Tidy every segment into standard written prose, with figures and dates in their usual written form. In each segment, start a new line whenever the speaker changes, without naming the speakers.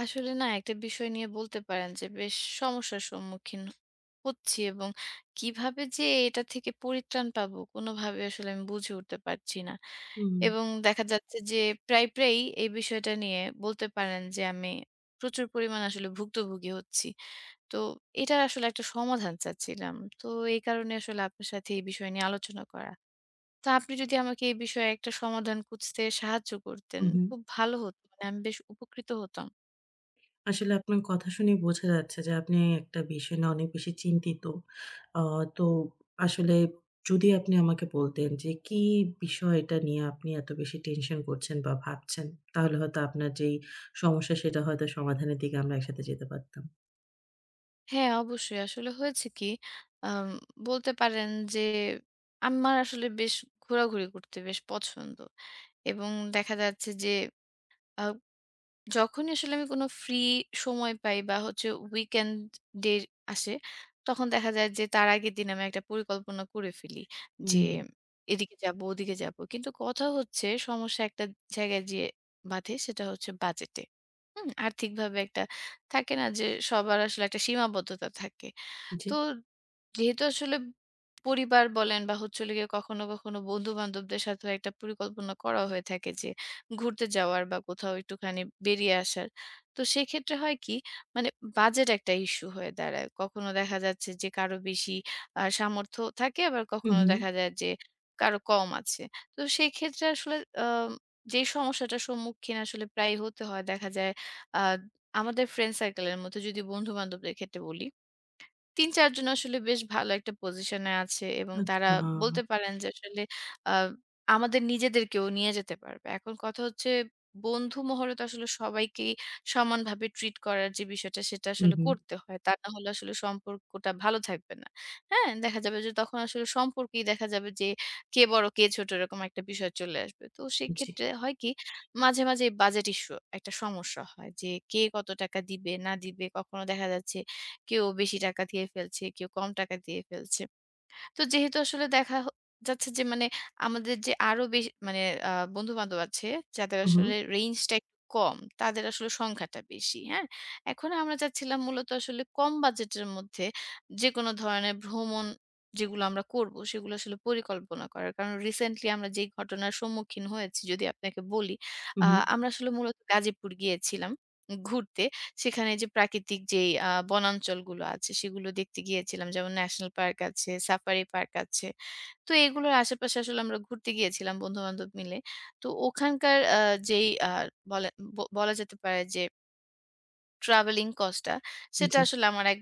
আসলে না একটা বিষয় নিয়ে বলতে পারেন যে বেশ সমস্যার সম্মুখীন হচ্ছি। এবং কিভাবে যে এটা থেকে পরিত্রাণ পাবো কোনোভাবে আসলে আমি বুঝে উঠতে পারছি না।
হুম,
এবং দেখা যাচ্ছে যে প্রায় প্রায়ই এই বিষয়টা নিয়ে বলতে পারেন যে আমি প্রচুর পরিমাণ আসলে ভুক্তভোগী হচ্ছি। তো এটার আসলে একটা সমাধান চাচ্ছিলাম। তো এই কারণে আসলে আপনার সাথে এই বিষয় নিয়ে আলোচনা করা। তো আপনি যদি আমাকে এই বিষয়ে একটা সমাধান খুঁজতে সাহায্য করতেন
হুম, হুম।
খুব ভালো হতো, মানে আমি বেশ উপকৃত হতাম।
আসলে আপনার কথা শুনে বোঝা যাচ্ছে যে আপনি একটা বিষয় নিয়ে অনেক বেশি চিন্তিত। আ তো আসলে যদি আপনি আমাকে বলতেন যে কি বিষয়টা নিয়ে আপনি এত বেশি টেনশন করছেন বা ভাবছেন, তাহলে হয়তো আপনার যেই সমস্যা সেটা হয়তো সমাধানের দিকে আমরা একসাথে যেতে পারতাম।
হ্যাঁ, অবশ্যই। আসলে হয়েছে কি? আম বলতে পারেন যে আমার আসলে বেশ ঘোরাঘুরি করতে বেশ পছন্দ। এবং দেখা যাচ্ছে যে আ যখনই আসলে আমি কোনো ফ্রি সময় পাই বা হচ্ছে weekend ডে আসে, তখন দেখা যায় যে তার আগের দিন আমি একটা পরিকল্পনা করে ফেলি। যে
হুম,
এদিকে যাবো, ওদিকে যাবো। কিন্তু কথা হচ্ছে সমস্যা একটা জায়গায় যেয়ে বাধে সেটা হচ্ছে বাজেটে। হুম? আর্থিকভাবে একটা থাকে না যে সবার আসলে একটা সীমাবদ্ধতা থাকে।
জি।
তো যেহেতু আসলে পরিবার বলেন বা হচ্ছে হলো গিয়ে কখনো কখনো বন্ধু-বান্ধবদের সাথেও একটা পরিকল্পনা করা হয়ে থাকে যে ঘুরতে যাওয়ার বা কোথাও একটুখানি বেরিয়ে আসার। তো সেক্ষেত্রে হয় কি, মানে বাজেট একটা ইস্যু হয়ে দাঁড়ায়। কখনো দেখা যাচ্ছে যে কারো বেশি সামর্থ্য থাকে আবার
হুম,
কখনো
হুম।
দেখা যায় যে কারো কম আছে। তো সেই ক্ষেত্রে আসলে আম যে সমস্যাটার সম্মুখীন আসলে প্রায়ই হতে হয় দেখা যায়, আ আমাদের ফ্রেন্ড সার্কেল এর মধ্যে যদি বন্ধু-বান্ধবদের ক্ষেত্রে বলি, ৩-৪ জন আসলে বেশ ভালো একটা পজিশনে আছে এবং তারা
আচ্ছা।
বলতে পারেন যে আসলে আ আমাদের নিজেদেরকেও নিয়ে যেতে পারবে। এখন কথা হচ্ছে বন্ধু মহলে তো আসলে সবাইকেই সমানভাবে ট্রিট করার যে বিষয়টা সেটা
হুম,
আসলে
হুম।
করতে হয়। তা না হলে আসলে সম্পর্কটা ভালো থাকবে না। হ্যাঁ? দেখা যাবে যে তখন আসলে সম্পর্কেই দেখা যাবে যে কে বড় কে ছোট এরকম একটা বিষয় চলে আসবে। তো
জি।
সেক্ষেত্রে হয় কি, মাঝে, মাঝে বাজেট ইস্যু একটা সমস্যা হয় যে কে কত টাকা দিবে না দিবে। কখনো দেখা যাচ্ছে কেউ বেশি টাকা দিয়ে ফেলছে, কেউ কম টাকা দিয়ে ফেলছে। তো যেহেতু আসলে দেখা যাচ্ছে যে, মানে আমাদের যে আরো বেশি, মানে বন্ধু-বান্ধব আছে যাদের
হুম, হুম।
আসলে রেঞ্জটা একটু কম, তাদের আসলে সংখ্যাটা বেশি, হ্যাঁ? এখন আমরা চাচ্ছিলাম মূলত আসলে কম বাজেটের মধ্যে যেকোনো ধরনের ভ্রমণ যেগুলো আমরা করব, সেগুলো আসলে পরিকল্পনা করার। কারণ রিসেন্টলি আমরা যেই ঘটনার সম্মুখীন হয়েছি যদি আপনাকে বলি, আ
হুম, হুম।
আমরা আসলে মূলত গাজীপুর গিয়েছিলাম ঘুরতে। সেখানে যে প্রাকৃতিক যেই বনাঞ্চলগুলো আছে সেগুলো দেখতে গিয়েছিলাম। যেমন ন্যাশনাল পার্ক আছে, সাফারি পার্ক আছে। তো এগুলোর আশেপাশে আসলে আমরা ঘুরতে গিয়েছিলাম বন্ধু-বান্ধব মিলে। তো ওখানকার যেই বলে বলা যেতে পারে যে ট্রাভেলিং কস্ট টা সেটা
জি।
আসলে আমার এক,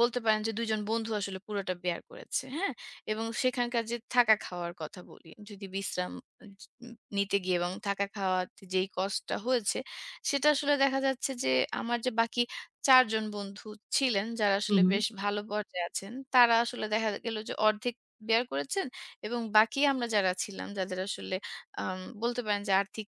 বলতে পারেন যে ২ জন বন্ধু আসলে পুরোটা বেয়ার করেছে। হ্যাঁ? এবং সেখানকার যে থাকা খাওয়ার কথা বলি। যদি বিশ্রাম জ নিতে গিয়ে এবং থাকা খাওয়াতে যেই কস্টটা হয়েছে, সেটা আসলে দেখা যাচ্ছে যে আমার যে বাকি ৪ জন বন্ধু ছিলেন, যারা আসলে
হুম, হুম।
বেশ ভালো পর্যায়ে আছেন, তারা আসলে দেখা গেল যে অর্ধেক বেয়ার করেছেন এবং বাকি আমরা যারা ছিলাম, যাদের আসলে বলতে পারেন যে আর্থিক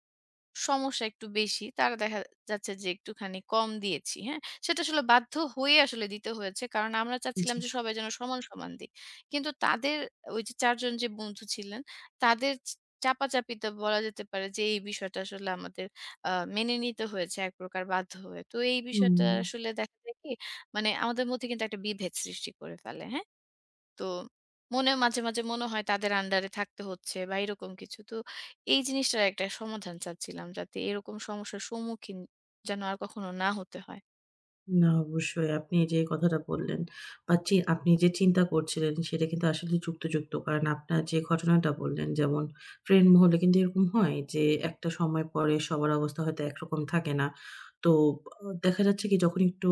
সমস্যা একটু বেশি। তারা দেখা যাচ্ছে যে একটুখানি কম দিয়েছি, হ্যাঁ? সেটা আসলে বাধ্য হয়ে আসলে দিতে হয়েছে। কারণ আমরা
জি।
চাচ্ছিলাম যে সবাই যেন সমান, সমান দিই। কিন্তু তাদের ওই যে ৪ জন যে বন্ধু ছিলেন, তাদের চাপাচাপিতে বলা যেতে পারে যে এই বিষয়টা আসলে আমাদের আ মেনে নিতে হয়েছে এক প্রকার বাধ্য হয়ে। তো এই
হুম।
বিষয়টা আসলে দেখা যায় কি, মানে আমাদের মধ্যে কিন্তু একটা বিভেদ সৃষ্টি করে ফেলে, হ্যাঁ? তো মনে মাঝে, মাঝে মনে হয় তাদের আন্ডারে থাকতে হচ্ছে বা এরকম কিছু। তো এই জিনিসটার একটা সমাধান চাচ্ছিলাম যাতে এরকম সমস্যার সম্মুখীন যেন আর কখনো না হতে হয়।
না, অবশ্যই। আপনি যে কথাটা বললেন বা আপনি যে চিন্তা করছিলেন সেটা কিন্তু আসলে যুক্তিযুক্ত। কারণ আপনার যে ঘটনাটা বললেন যেমন ফ্রেন্ড মহলে কিন্তু এরকম হয় যে একটা সময় পরে সবার অবস্থা হয়তো একরকম থাকে না। তো দেখা যাচ্ছে কি যখন একটু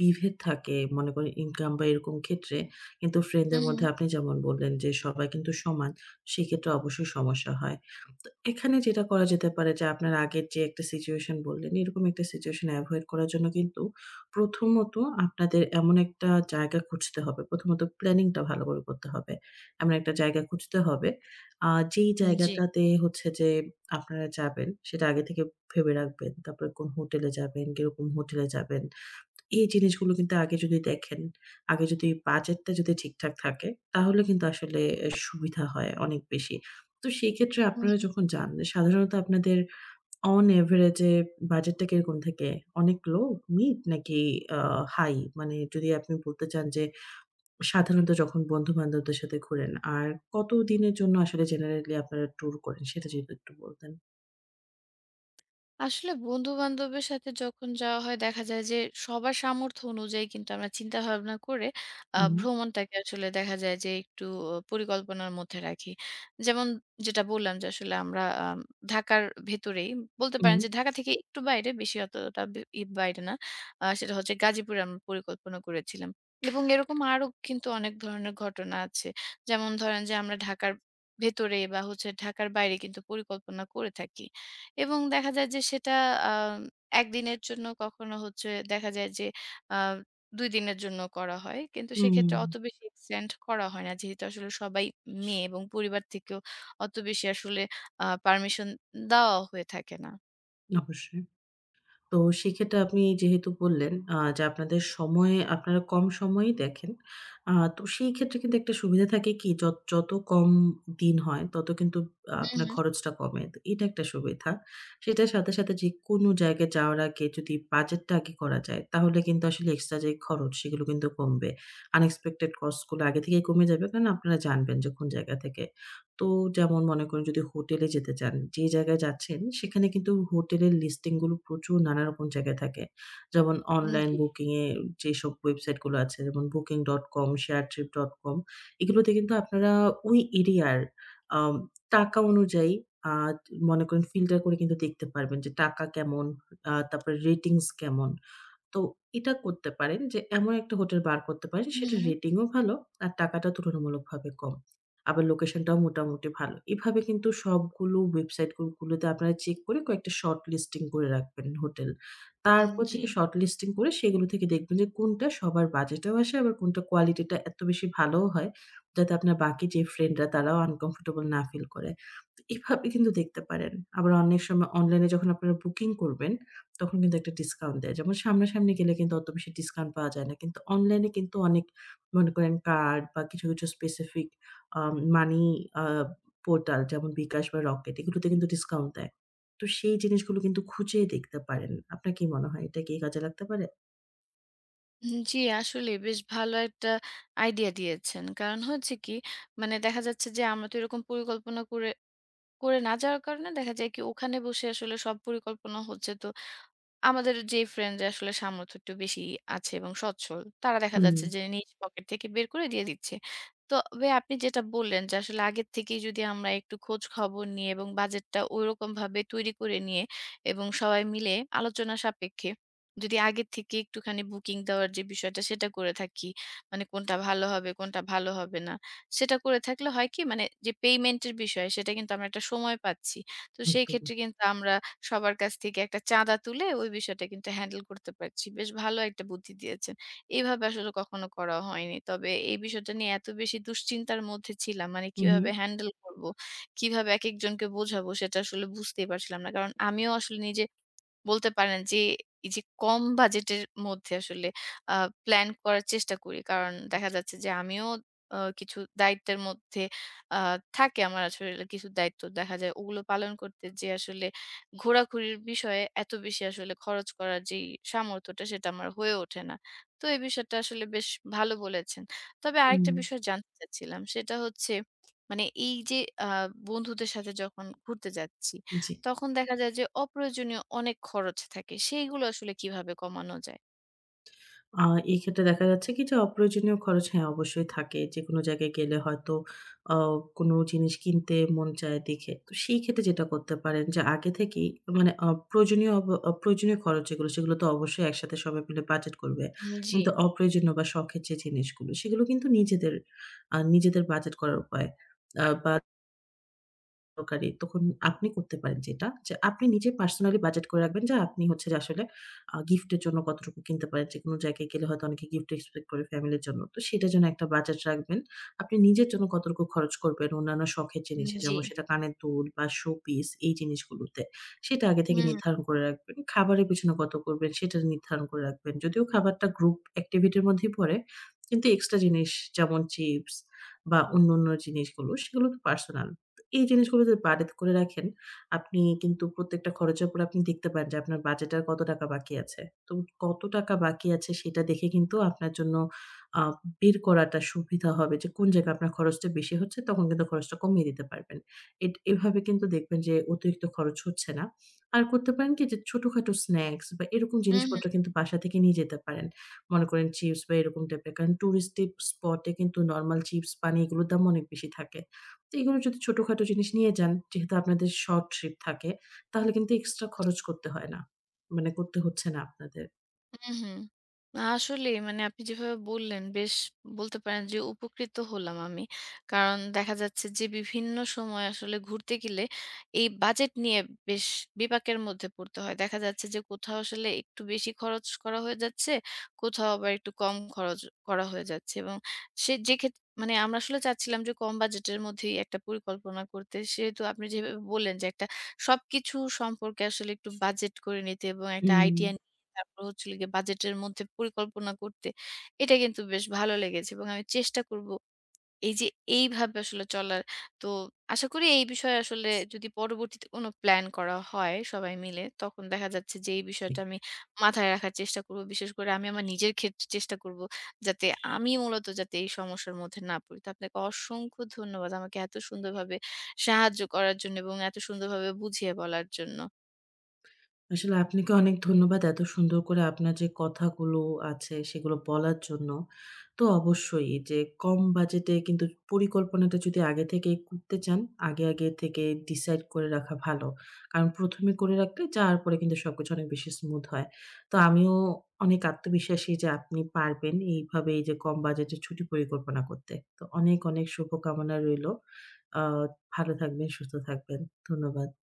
বিভেদ থাকে মনে করেন ইনকাম বা এরকম ক্ষেত্রে কিন্তু
হুম,
ফ্রেন্ডদের
হুম।
মধ্যে আপনি যেমন বললেন যে সবাই কিন্তু সমান, সেক্ষেত্রে অবশ্যই সমস্যা হয়। তো এখানে যেটা করা যেতে পারে যে আপনার আগের যে একটা সিচুয়েশন বললেন এরকম একটা সিচুয়েশন এভয়েড করার জন্য কিন্তু প্রথমত আপনাদের এমন একটা জায়গা খুঁজতে হবে। প্রথমত প্ল্যানিংটা ভালো করে করতে হবে। এমন একটা জায়গা খুঁজতে হবে। যেই
উম, জি।
জায়গাটাতে হচ্ছে যে আপনারা যাবেন সেটা আগে থেকে ভেবে রাখবেন। তারপরে কোন হোটেলে যাবেন, কিরকম হোটেলে যাবেন। এই জিনিসগুলো কিন্তু আগে যদি দেখেন, আগে যদি বাজেটটা যদি ঠিকঠাক থাকে তাহলে কিন্তু আসলে সুবিধা হয় অনেক বেশি। তো সেই ক্ষেত্রে আপনারা যখন যান সাধারণত আপনাদের অন এভারেজ এ বাজেটটা কিরকম থাকে? অনেক লো, মিড নাকি আ হাই? মানে যদি আপনি বলতে চান যে সাধারণত যখন বন্ধু-বান্ধবদের সাথে ঘোরেন, আর কতদিনের জন্য আসলে জেনারেলি আপনারা ট্যুর করেন সেটা যদি একটু বলতেন?
আসলে বন্ধু-বান্ধবের সাথে যখন যাওয়া হয় দেখা যায় যে সবার সামর্থ্য অনুযায়ী কিন্তু আমরা চিন্তা ভাবনা করে
হুম,
ভ্রমণটাকে আসলে দেখা যায় যে একটু পরিকল্পনার মধ্যে রাখি। যেমন যেটা বললাম যে আসলে আমরা ঢাকার ভেতরেই বলতে পারেন
হুম,
যে ঢাকা থেকে একটু বাইরে বেশি অতটা বে ই বাইরে না। সেটা হচ্ছে গাজীপুরে আমরা পরিকল্পনা করেছিলাম। এবং এরকম আরো কিন্তু অনেক ধরনের ঘটনা আছে। যেমন ধরেন যে আমরা ঢাকার ভেতরে বা হচ্ছে ঢাকার বাইরে কিন্তু পরিকল্পনা করে থাকি। এবং দেখা যায় যে সেটা আম ১ দিনের জন্য কখনো হচ্ছে দেখা যায় যে আ ২ দিনের জন্য করা হয়। কিন্তু
হুম,
সেক্ষেত্রে অত বেশি এক্সটেন্ড করা হয় না। যেহেতু আসলে সবাই মেয়ে এবং পরিবার থেকেও অত বেশি আসলে পারমিশন দেওয়া হয়ে থাকে না।
অবশ্যই। তো সেক্ষেত্রে আপনি যেহেতু বললেন যে আপনাদের সময়ে আপনারা কম সময়েই দেখেন। তো সেই ক্ষেত্রে কিন্তু একটা সুবিধা থাকে কি যত কম দিন হয় তত কিন্তু
হুম,
আপনার
হুম।
খরচটা কমে। তো এটা একটা সুবিধা। সেটার সাথে, সাথে যেকোনো জায়গায় যাওয়ার আগে যদি বাজেটটা আগে করা যায় তাহলে কিন্তু আসলে এক্সট্রা যে খরচ সেগুলো কিন্তু কমবে। আনএক্সপেক্টেড কস্ট গুলো আগে থেকেই কমে যাবে কারণ আপনারা জানবেন যে কোন জায়গা থেকে তো যেমন মনে করেন যদি হোটেলে যেতে চান, যে জায়গায় যাচ্ছেন সেখানে কিন্তু হোটেলের লিস্টিং গুলো প্রচুর নানা রকম জায়গায় থাকে। যেমন অনলাইন
জি।
বুকিং এ যেসব ওয়েবসাইট গুলো আছে যেমন booking.com, sharetrip.com এগুলোতে কিন্তু আপনারা ওই এরিয়ার আম টাকা অনুযায়ী আ মনে করেন ফিল্টার করে কিন্তু দেখতে পারবেন যে টাকা কেমন, তারপরে রেটিংস কেমন। তো এটা করতে পারেন যে এমন একটা হোটেল বার করতে পারেন
হুম,
সেটার
হুম।
রেটিংও ভালো আর টাকাটা তুলনামূলকভাবে কম। আবার লোকেশনটাও মোটামুটি ভালো। এভাবে কিন্তু সবগুলো ওয়েবসাইট গুলোতে আপনারা চেক করে কয়েকটা শর্ট লিস্টিং করে রাখবেন হোটেল।
উম,
তারপর
জি।
থেকে শর্ট লিস্টিং করে সেগুলো থেকে দেখবেন যে কোনটা সবার বাজেটেও আসে আবার কোনটা কোয়ালিটিটা এত বেশি ভালোও হয় যাতে আপনার বাকি যে ফ্রেন্ডরা তারাও আনকমফোর্টেবল না ফিল করে। এভাবে কিন্তু দেখতে পারেন। আবার অনেক সময় অনলাইনে যখন আপনারা বুকিং করবেন তখন কিন্তু একটা ডিসকাউন্ট দেয়। যেমন সামনাসামনি গেলে কিন্তু অত বেশি ডিসকাউন্ট পাওয়া যায় না। কিন্তু অনলাইনে কিন্তু অনেক মনে করেন কার্ড বা কিছু, কিছু স্পেসিফিক মানি আ পোর্টাল যেমন বিকাশ বা রকেট এগুলোতে কিন্তু ডিসকাউন্ট দেয়। তো সেই জিনিসগুলো কিন্তু খুঁজে দেখতে পারেন। আপনার কি মনে হয় এটা কি কাজে লাগতে পারে?
উম, জি, আসলে বেশ ভালো একটা আইডিয়া দিয়েছেন। কারণ হচ্ছে কি, মানে দেখা যাচ্ছে যে আমরা তো এরকম পরিকল্পনা করে করে না যাওয়ার কারণে দেখা যায় কি ওখানে বসে আসলে সব পরিকল্পনা হচ্ছে তো আমাদের যে ফ্রেন্ড রা আসলে সামর্থ্য একটু বেশি আছে এবং সচ্ছল, তারা দেখা
হুম,
যাচ্ছে যে নিজ পকেট থেকে বের করে দিয়ে দিচ্ছে। তবে আপনি যেটা বললেন যে আসলে আগের থেকেই যদি আমরা একটু খোঁজ খবর নিয়ে এবং বাজেটটা ঐরকমভাবে তৈরি করে নিয়ে এবং সবাই মিলে আলোচনা সাপেক্ষে যদি আগের থেকে একটুখানি বুকিং দেওয়ার যে বিষয়টা সেটা করে থাকি, মানে কোনটা ভালো হবে, কোনটা ভালো হবে না। সেটা করে থাকলে হয় কি, মানে যে পেমেন্ট এর বিষয় সেটা কিন্তু আমরা একটা সময় পাচ্ছি। তো সেই
একদমই।
ক্ষেত্রে কিন্তু আমরা সবার কাছ থেকে একটা চাঁদা তুলে ওই বিষয়টা কিন্তু হ্যান্ডেল করতে পারছি। বেশ ভালো একটা বুদ্ধি দিয়েছেন। এইভাবে আসলে কখনো করা হয়নি। তবে এই বিষয়টা নিয়ে এত বেশি দুশ্চিন্তার মধ্যে ছিলাম। মানে
হু, হু।
কিভাবে হ্যান্ডেল করব, কিভাবে একেকজনকে বোঝাবো সেটা আসলে বুঝতেই পারছিলাম না। কারণ আমিও আসলে নিজে বলতে পারেন যে এই যে কম বাজেটের মধ্যে আসলে আ প্লান করার চেষ্টা করি। কারণ দেখা
জি।
যাচ্ছে যে আমিও কিছু দায়িত্বের মধ্যে আ থাকে আমার আসলে কিছু দায়িত্ব। দেখা যায় ওগুলো পালন করতে যেয়ে আসলে ঘোরাঘুরির বিষয়ে এত বেশি আসলে খরচ করার যেই সামর্থ্যটা সেটা আমার হয়ে ওঠে না। তো এই বিষয়টা আসলে বেশ ভালো বলেছেন। তবে আরেকটা
হুম,
বিষয় জানতে চাচ্ছিলাম সেটা হচ্ছে, মানে এই যে আ বন্ধুদের সাথে যখন ঘুরতে যাচ্ছি,
জি।
তখন দেখা যায় যে অপ্রয়োজনীয় অনেক খরচ থাকে। সেইগুলো আসলে কিভাবে কমানো যায়?
আ এই ক্ষেত্রে দেখা যাচ্ছে কি যে অপ্রয়োজনীয় খরচ হ্যাঁ, অবশ্যই থাকে। যেকোনো জায়গায় গেলে হয়তো আ কোনো জিনিস কিনতে মন চায় দেখে। তো সেই ক্ষেত্রে যেটা করতে পারেন যে আগে থেকেই মানে প্রয়োজনীয় অপ্রয়োজনীয় খরচ যেগুলো সেগুলো তো অবশ্যই একসাথে সবাই মিলে বাজেট করবে।
হুম, জি,
কিন্তু অপ্রয়োজনীয় বা শখের যে জিনিসগুলো সেগুলো কিন্তু নিজেদের নিজেদের বাজেট করার উপায়। বা দরকারি। তখন আপনি করতে পারেন যেটা যে আপনি নিজে পার্সোনালি বাজেট করে রাখবেন যে আপনি হচ্ছে যে আসলে গিফটের জন্য কতটুকু কিনতে পারেন। যেকোনো জায়গায় গেলে হয়তো অনেকে গিফট এক্সপেক্ট করে ফ্যামিলির জন্য। তো সেটার জন্য একটা বাজেট রাখবেন। আপনি নিজের জন্য কতটুকু খরচ করবেন অন্যান্য শখের
হুম,
জিনিসে
জি।
যেমন সেটা কানের দুল বা শো পিস এই জিনিসগুলোতে। সেটা আগে থেকে
হুম,
নির্ধারণ করে রাখবেন। খাবারের পেছনে কত করবেন সেটা নির্ধারণ করে রাখবেন। যদিও খাবারটা গ্রুপ অ্যাক্টিভিটির মধ্যেই পড়ে, কিন্তু এক্সট্রা জিনিস যেমন চিপস বা অন্য, অন্য জিনিসগুলো সেগুলো তো পার্সোনাল। এই জিনিসগুলো যদি বাজেট করে রাখেন, আপনি কিন্তু প্রত্যেকটা খরচের উপর আপনি দেখতে পারেন যে আপনার বাজেট আর কত টাকা বাকি আছে। তো কত টাকা বাকি আছে সেটা দেখে কিন্তু আপনার জন্য আ বের করাটা সুবিধা হবে যে কোন জায়গায় আপনার খরচটা বেশি হচ্ছে তখন কিন্তু খরচটা কমিয়ে দিতে পারবেন। এভাবে কিন্তু দেখবেন যে অতিরিক্ত খরচ হচ্ছে না। আর করতে পারেন কি যে ছোটখাটো স্ন্যাকস বা এরকম
হুম।
জিনিসপত্র কিন্তু বাসা থেকে নিয়ে যেতে পারেন। মনে করেন চিপস বা এরকম টাইপের। কারণ টুরিস্টি স্পট এ কিন্তু নরমাল চিপস, পানি এগুলোর দাম অনেক বেশি থাকে। তো এগুলো যদি ছোটখাটো জিনিস নিয়ে যান, যেহেতু আপনাদের শর্ট ট্রিপ থাকে, তাহলে কিন্তু এক্সট্রা খরচ করতে হয় না। মানে করতে হচ্ছে না আপনাদের।
হুম, হুম। না, আসলেই মানে আপনি যেভাবে বললেন বেশ বলতে পারেন যে উপকৃত হলাম আমি। কারণ দেখা যাচ্ছে যে বিভিন্ন সময় আসলে ঘুরতে গেলে এই বাজেট নিয়ে বেশ বিপাকের মধ্যে পড়তে হয়। দেখা যাচ্ছে যে কোথাও আসলে একটু বেশি খরচ করা হয়ে যাচ্ছে, কোথাও আবার একটু কম খরচ করা হয়ে যাচ্ছে এবং সে যেক্ষেত মানে আমরা আসলে চাচ্ছিলাম যে কম বাজেটের মধ্যেই একটা পরিকল্পনা করতে। সেহেতু আপনি যেভাবে বললেন যে একটা সবকিছু সম্পর্কে আসলে একটু বাজেট করে নিতে এবং একটা
হুম।
আইডিয়া তারপর হচ্ছে হলো গিয়ে বাজেটের মধ্যে পরিকল্পনা করতে। এটা কিন্তু বেশ ভালো লেগেছে এবং আমি চেষ্টা করব এই যে এইভাবে আসলে চলার। তো আশা করি এই বিষয়ে আসলে যদি পরবর্তীতে কোনো প্ল্যান করা হয় সবাই মিলে, তখন দেখা যাচ্ছে যে এই
জি।
বিষয়টা আমি মাথায় রাখার চেষ্টা করব। বিশেষ করে আমি আমার নিজের ক্ষেত্রে চেষ্টা করব যাতে আমি মূলত যাতে এই সমস্যার মধ্যে না পড়ি। তো আপনাকে অসংখ্য ধন্যবাদ আমাকে এত সুন্দরভাবে সাহায্য করার জন্য এবং এত সুন্দরভাবে বুঝিয়ে বলার জন্য।
আসলে আপনাকে অনেক ধন্যবাদ এত সুন্দর করে আপনার যে কথাগুলো আছে সেগুলো বলার জন্য। তো অবশ্যই যে কম বাজেটে কিন্তু পরিকল্পনাটা যদি আগে থেকেই করতে চান, আগে থেকে ডিসাইড করে রাখা ভালো। কারণ ১ম এ করে রাখলে যাওয়ার পরে কিন্তু সবকিছু অনেক বেশি স্মুথ হয়। তো আমিও অনেক আত্মবিশ্বাসী যে আপনি পারবেন এইভাবে এই যে কম বাজেটে ছুটি পরিকল্পনা করতে। তো অনেক, অনেক শুভকামনা রইলো। আ ভালো থাকবেন, সুস্থ থাকবেন। ধন্যবাদ।